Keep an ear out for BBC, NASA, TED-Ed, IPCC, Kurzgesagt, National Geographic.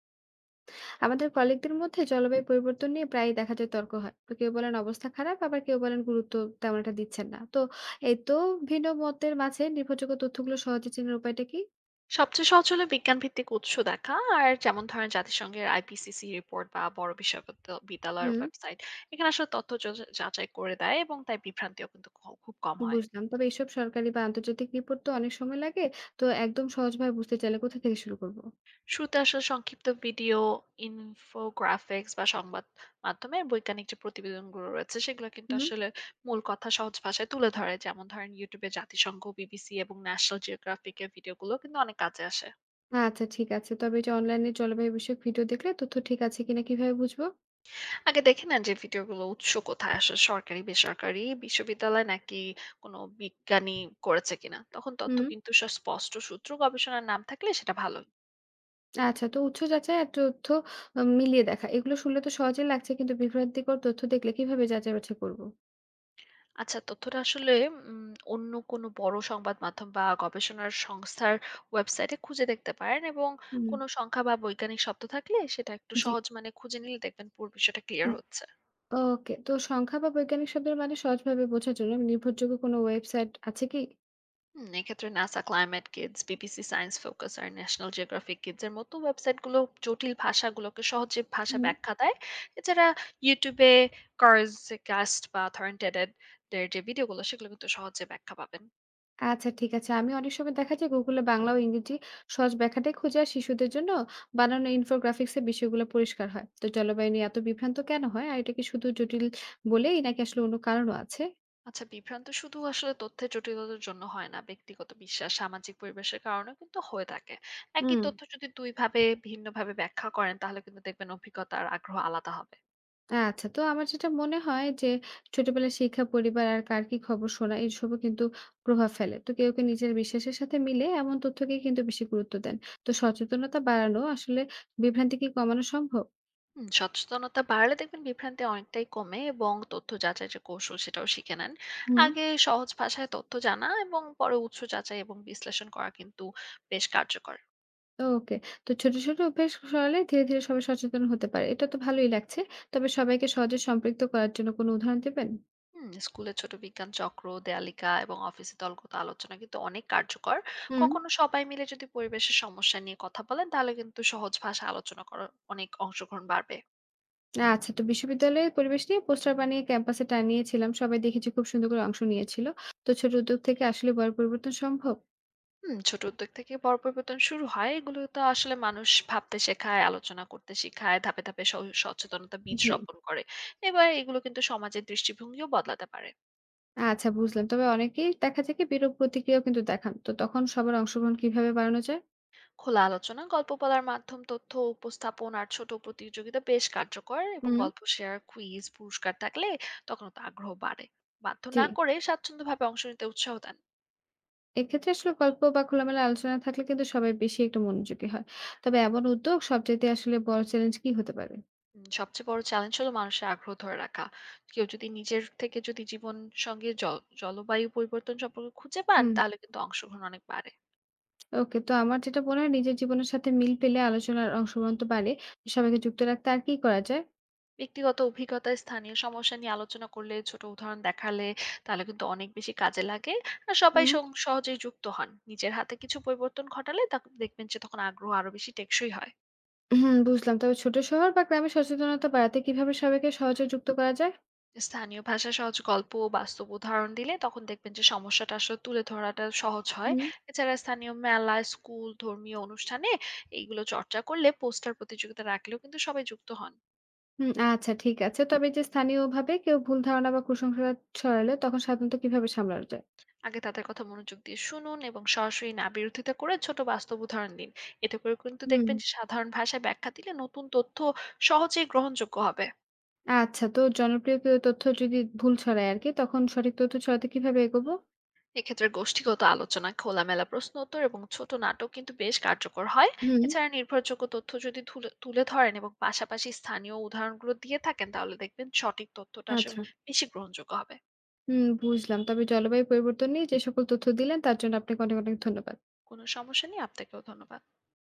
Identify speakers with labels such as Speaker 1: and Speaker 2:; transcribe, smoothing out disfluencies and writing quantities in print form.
Speaker 1: আমাদের কলিগদের মধ্যে জলবায়ু পরিবর্তন নিয়ে প্রায়ই দেখা যায় তর্ক হয়, তো কেউ বলেন অবস্থা খারাপ, আবার কেউ বলেন গুরুত্ব তেমন একটা দিচ্ছেন না। তো এই তো, ভিন্ন মতের মাঝে নির্ভরযোগ্য তথ্যগুলো সহজে চেনার উপায়টা কি?
Speaker 2: সবচেয়ে সহজ হলো বিজ্ঞানভিত্তিক উৎস দেখা, আর যেমন ধরেন জাতিসংঘের আইপিসিসি রিপোর্ট বা বড় বিশ্ববিদ্যালয়ের
Speaker 1: হুম,
Speaker 2: ওয়েবসাইট। এখানে আসলে তথ্য যাচাই করে দেয়, এবং তাই বিভ্রান্তিও কিন্তু খুব কম হয়।
Speaker 1: বুঝলাম। তবে এইসব সরকারি বা আন্তর্জাতিক রিপোর্ট তো অনেক সময় লাগে, তো একদম সহজভাবে বুঝতে চাইলে কোথা থেকে শুরু করবো?
Speaker 2: শুরুতে আসলে সংক্ষিপ্ত ভিডিও, ইনফোগ্রাফিক্স বা সংবাদ মাধ্যমে বৈজ্ঞানিক যে প্রতিবেদনগুলো রয়েছে সেগুলো কিন্তু
Speaker 1: হুম।
Speaker 2: আসলে মূল কথা সহজ ভাষায় তুলে ধরে। যেমন ধরেন ইউটিউবে জাতিসংঘ, বিবিসি এবং ন্যাশনাল জিওগ্রাফিকের ভিডিওগুলো কিন্তু অনেক কাজে আসে।
Speaker 1: আচ্ছা ঠিক আছে, তবে এই যে অনলাইনে জলবায়ু বিষয়ক ভিডিও দেখলে তথ্য ঠিক আছে কিনা কিভাবে বুঝবো?
Speaker 2: আগে দেখে নেন যে ভিডিওগুলো উৎস কোথায় আসে, সরকারি বেসরকারি বিশ্ববিদ্যালয় নাকি কোনো বিজ্ঞানী করেছে কিনা। তখন তথ্য
Speaker 1: হুম।
Speaker 2: কিন্তু স্পষ্ট সূত্র গবেষণার নাম থাকলে সেটা ভালো।
Speaker 1: আচ্ছা, তো উৎস যাচাই আর তথ্য মিলিয়ে দেখা, এগুলো শুনলে তো সহজে লাগছে, কিন্তু বিভ্রান্তিকর তথ্য দেখলে কিভাবে যাচাই বাছাই করবো?
Speaker 2: আচ্ছা, তথ্যটা আসলে অন্য কোনো বড় সংবাদ মাধ্যম বা গবেষণার সংস্থার ওয়েবসাইটে খুঁজে দেখতে পারেন, এবং
Speaker 1: হুম।
Speaker 2: কোনো সংখ্যা বা বৈজ্ঞানিক শব্দ থাকলে সেটা একটু
Speaker 1: জি।
Speaker 2: সহজ মানে খুঁজে নিলে দেখবেন পুরো বিষয়টা ক্লিয়ার
Speaker 1: উম
Speaker 2: হচ্ছে।
Speaker 1: ওকে। তো সংখ্যা বা বৈজ্ঞানিক শব্দের মানে সহজভাবে বোঝার জন্য নির্ভরযোগ্য কোনো ওয়েবসাইট আছে কি?
Speaker 2: হুম, এক্ষেত্রে NASA Climate Kids, BBC Science Focus আর ন্যাশনাল জিওগ্রাফিক কিডস এর মতো ওয়েবসাইটগুলো জটিল ভাষাগুলোকে সহজে ভাষা
Speaker 1: হুম।
Speaker 2: ব্যাখ্যা দেয়। এছাড়া ইউটিউবে কার্সকাস্ট বা থরেন্টেডেড এর যে ভিডিওগুলো সেগুলো কিন্তু সহজে ব্যাখ্যা পাবেন।
Speaker 1: আচ্ছা ঠিক আছে। আমি অনেক সময় দেখা যায় Google এ বাংলা ও ইংরেজি সহজ ব্যাখ্যাটাই খুঁজি, আর শিশুদের জন্য বানানো ইনফোগ্রাফিক্স এ বিষয়গুলো পরিষ্কার হয়। তো জলবায়ু নিয়ে এত বিভ্রান্ত কেন হয়? আর এটা কি শুধু জটিল বলেই নাকি আসলে অন্য কারণও আছে?
Speaker 2: আচ্ছা, বিভ্রান্ত শুধু আসলে তথ্যের জটিলতার জন্য হয় না, ব্যক্তিগত বিশ্বাস সামাজিক পরিবেশের কারণে কিন্তু হয়ে থাকে। একই
Speaker 1: হুম।
Speaker 2: তথ্য যদি দুইভাবে ভিন্নভাবে ব্যাখ্যা করেন, তাহলে কিন্তু দেখবেন অভিজ্ঞতা আর আগ্রহ আলাদা হবে।
Speaker 1: আচ্ছা, তো আমার যেটা মনে হয় যে ছোটবেলার শিক্ষা, পরিবার আর কার কি খবর শোনা, এসবও কিন্তু প্রভাব ফেলে। তো কেউ, কেউ নিজের বিশ্বাসের সাথে মিলে এমন তথ্যকে কিন্তু বেশি গুরুত্ব দেন। তো সচেতনতা বাড়ানো আসলে বিভ্রান্তি কি কমানো সম্ভব?
Speaker 2: হুম, সচেতনতা বাড়লে দেখবেন বিভ্রান্তি অনেকটাই কমে, এবং তথ্য যাচাই যে কৌশল সেটাও শিখে নেন।
Speaker 1: হুম।
Speaker 2: আগে সহজ ভাষায় তথ্য জানা এবং পরে উৎস যাচাই এবং বিশ্লেষণ করা কিন্তু বেশ কার্যকর।
Speaker 1: ওকে। তো ছোট, ছোট অভ্যাস সরালে ধীরে, ধীরে সবাই সচেতন হতে পারে। এটা তো ভালোই লাগছে। তবে সবাইকে সহজে সম্পৃক্ত করার জন্য কোনো উদাহরণ দেবেন?
Speaker 2: হুম, স্কুলে ছোট বিজ্ঞান চক্র দেয়ালিকা এবং অফিসে দলগত আলোচনা কিন্তু অনেক কার্যকর।
Speaker 1: হুম।
Speaker 2: কখনো সবাই মিলে যদি পরিবেশের সমস্যা নিয়ে কথা বলেন, তাহলে কিন্তু সহজ ভাষা আলোচনা করার অনেক অংশগ্রহণ বাড়বে।
Speaker 1: আচ্ছা, তো বিশ্ববিদ্যালয়ের পরিবেশ নিয়ে পোস্টার বানিয়ে ক্যাম্পাসে টানিয়েছিলাম। সবাই দেখেছি খুব সুন্দর করে অংশ নিয়েছিল। তো ছোট উদ্যোগ থেকে আসলে বড় পরিবর্তন সম্ভব?
Speaker 2: হুম, ছোট উদ্যোগ থেকে বড় পরিবর্তন শুরু হয়। এগুলো তো আসলে মানুষ ভাবতে শেখায়, আলোচনা করতে শেখায়, ধাপে ধাপে সচেতনতা বীজ
Speaker 1: জি।
Speaker 2: রোপণ করে। এবার এগুলো কিন্তু সমাজের দৃষ্টিভঙ্গিও বদলাতে পারে।
Speaker 1: আচ্ছা, বুঝলাম। তবে অনেকেই দেখা যায় কি বিরূপ প্রতিক্রিয়াও কিন্তু দেখান। তো তখন সবার অংশগ্রহণ কিভাবে বাড়ানো যায়?
Speaker 2: খোলা আলোচনা, গল্প বলার মাধ্যম, তথ্য উপস্থাপন আর ছোট প্রতিযোগিতা বেশ কার্যকর, এবং
Speaker 1: হুম।
Speaker 2: গল্প শেয়ার, কুইজ, পুরস্কার থাকলে তখন তো আগ্রহ বাড়ে। বাধ্য
Speaker 1: জি।
Speaker 2: না করে স্বাচ্ছন্দ্যভাবে অংশ নিতে উৎসাহ দেন।
Speaker 1: এক্ষেত্রে আসলে গল্প বা খোলামেলা আলোচনা থাকলে কিন্তু সবাই বেশি একটু মনোযোগী হয়। তবে এমন উদ্যোগ সবচাইতে আসলে বড় চ্যালেঞ্জ কি হতে পারে?
Speaker 2: সবচেয়ে বড় চ্যালেঞ্জ হলো মানুষের আগ্রহ ধরে রাখা। কেউ যদি নিজের থেকে যদি জীবন সঙ্গে জলবায়ু পরিবর্তন সম্পর্কে খুঁজে পান,
Speaker 1: হুম।
Speaker 2: তাহলে কিন্তু অংশগ্রহণ অনেক বাড়ে।
Speaker 1: ওকে। তো আমার যেটা মনে হয় নিজের জীবনের সাথে মিল পেলে আলোচনার অংশগ্রহণ তো বাড়ে। সবাইকে যুক্ত রাখতে আর কি করা যায়?
Speaker 2: ব্যক্তিগত অভিজ্ঞতায় স্থানীয় সমস্যা নিয়ে আলোচনা করলে, ছোট উদাহরণ দেখালে, তাহলে কিন্তু অনেক বেশি কাজে লাগে। আর সবাই
Speaker 1: হুম।
Speaker 2: সহজেই যুক্ত হন। নিজের হাতে কিছু পরিবর্তন ঘটালে তা দেখবেন যে তখন আগ্রহ আরো বেশি টেকসই হয়।
Speaker 1: হুম, বুঝলাম। তবে ছোট শহর বা গ্রামে সচেতনতা বাড়াতে কিভাবে সবাইকে সহজে যুক্ত করা যায়?
Speaker 2: স্থানীয় ভাষায় সহজ গল্প ও বাস্তব উদাহরণ দিলে তখন দেখবেন যে সমস্যাটা আসলে তুলে ধরাটা সহজ হয়।
Speaker 1: হুম।
Speaker 2: এছাড়া স্থানীয় মেলা, স্কুল, ধর্মীয় অনুষ্ঠানে এইগুলো চর্চা করলে, পোস্টার প্রতিযোগিতা রাখলেও কিন্তু সবাই যুক্ত হন।
Speaker 1: হুম, আচ্ছা ঠিক আছে। তবে এই যে স্থানীয়ভাবে কেউ ভুল ধারণা বা কুসংস্কার ছড়ালে তখন সাধারণত কিভাবে সামলানো যায়?
Speaker 2: আগে তাদের কথা মনোযোগ দিয়ে শুনুন, এবং সরাসরি না বিরোধিতা করে ছোট বাস্তব উদাহরণ দিন। এতে করে কিন্তু
Speaker 1: হুম।
Speaker 2: দেখবেন যে সাধারণ ভাষায় ব্যাখ্যা দিলে নতুন তথ্য সহজেই গ্রহণযোগ্য হবে।
Speaker 1: আচ্ছা, তো জনপ্রিয় কেউ তথ্য যদি ভুল ছড়ায় আরকি, তখন সঠিক তথ্য ছড়াতে কিভাবে এগোবো?
Speaker 2: এক্ষেত্রে গোষ্ঠীগত আলোচনা, খোলামেলা প্রশ্ন উত্তর এবং ছোট নাটক কিন্তু বেশ কার্যকর হয়।
Speaker 1: হুম।
Speaker 2: এছাড়া নির্ভরযোগ্য তথ্য যদি তুলে তুলে ধরেন এবং পাশাপাশি স্থানীয় উদাহরণগুলো দিয়ে থাকেন, তাহলে দেখবেন সঠিক তথ্যটা আসলে
Speaker 1: আচ্ছা।
Speaker 2: বেশি গ্রহণযোগ্য হবে।
Speaker 1: হুম, বুঝলাম। তবে জলবায়ু পরিবর্তন নিয়ে যে সকল তথ্য দিলেন তার জন্য আপনাকে অনেক, অনেক ধন্যবাদ।
Speaker 2: কোনো সমস্যা নেই, আপনাকেও ধন্যবাদ।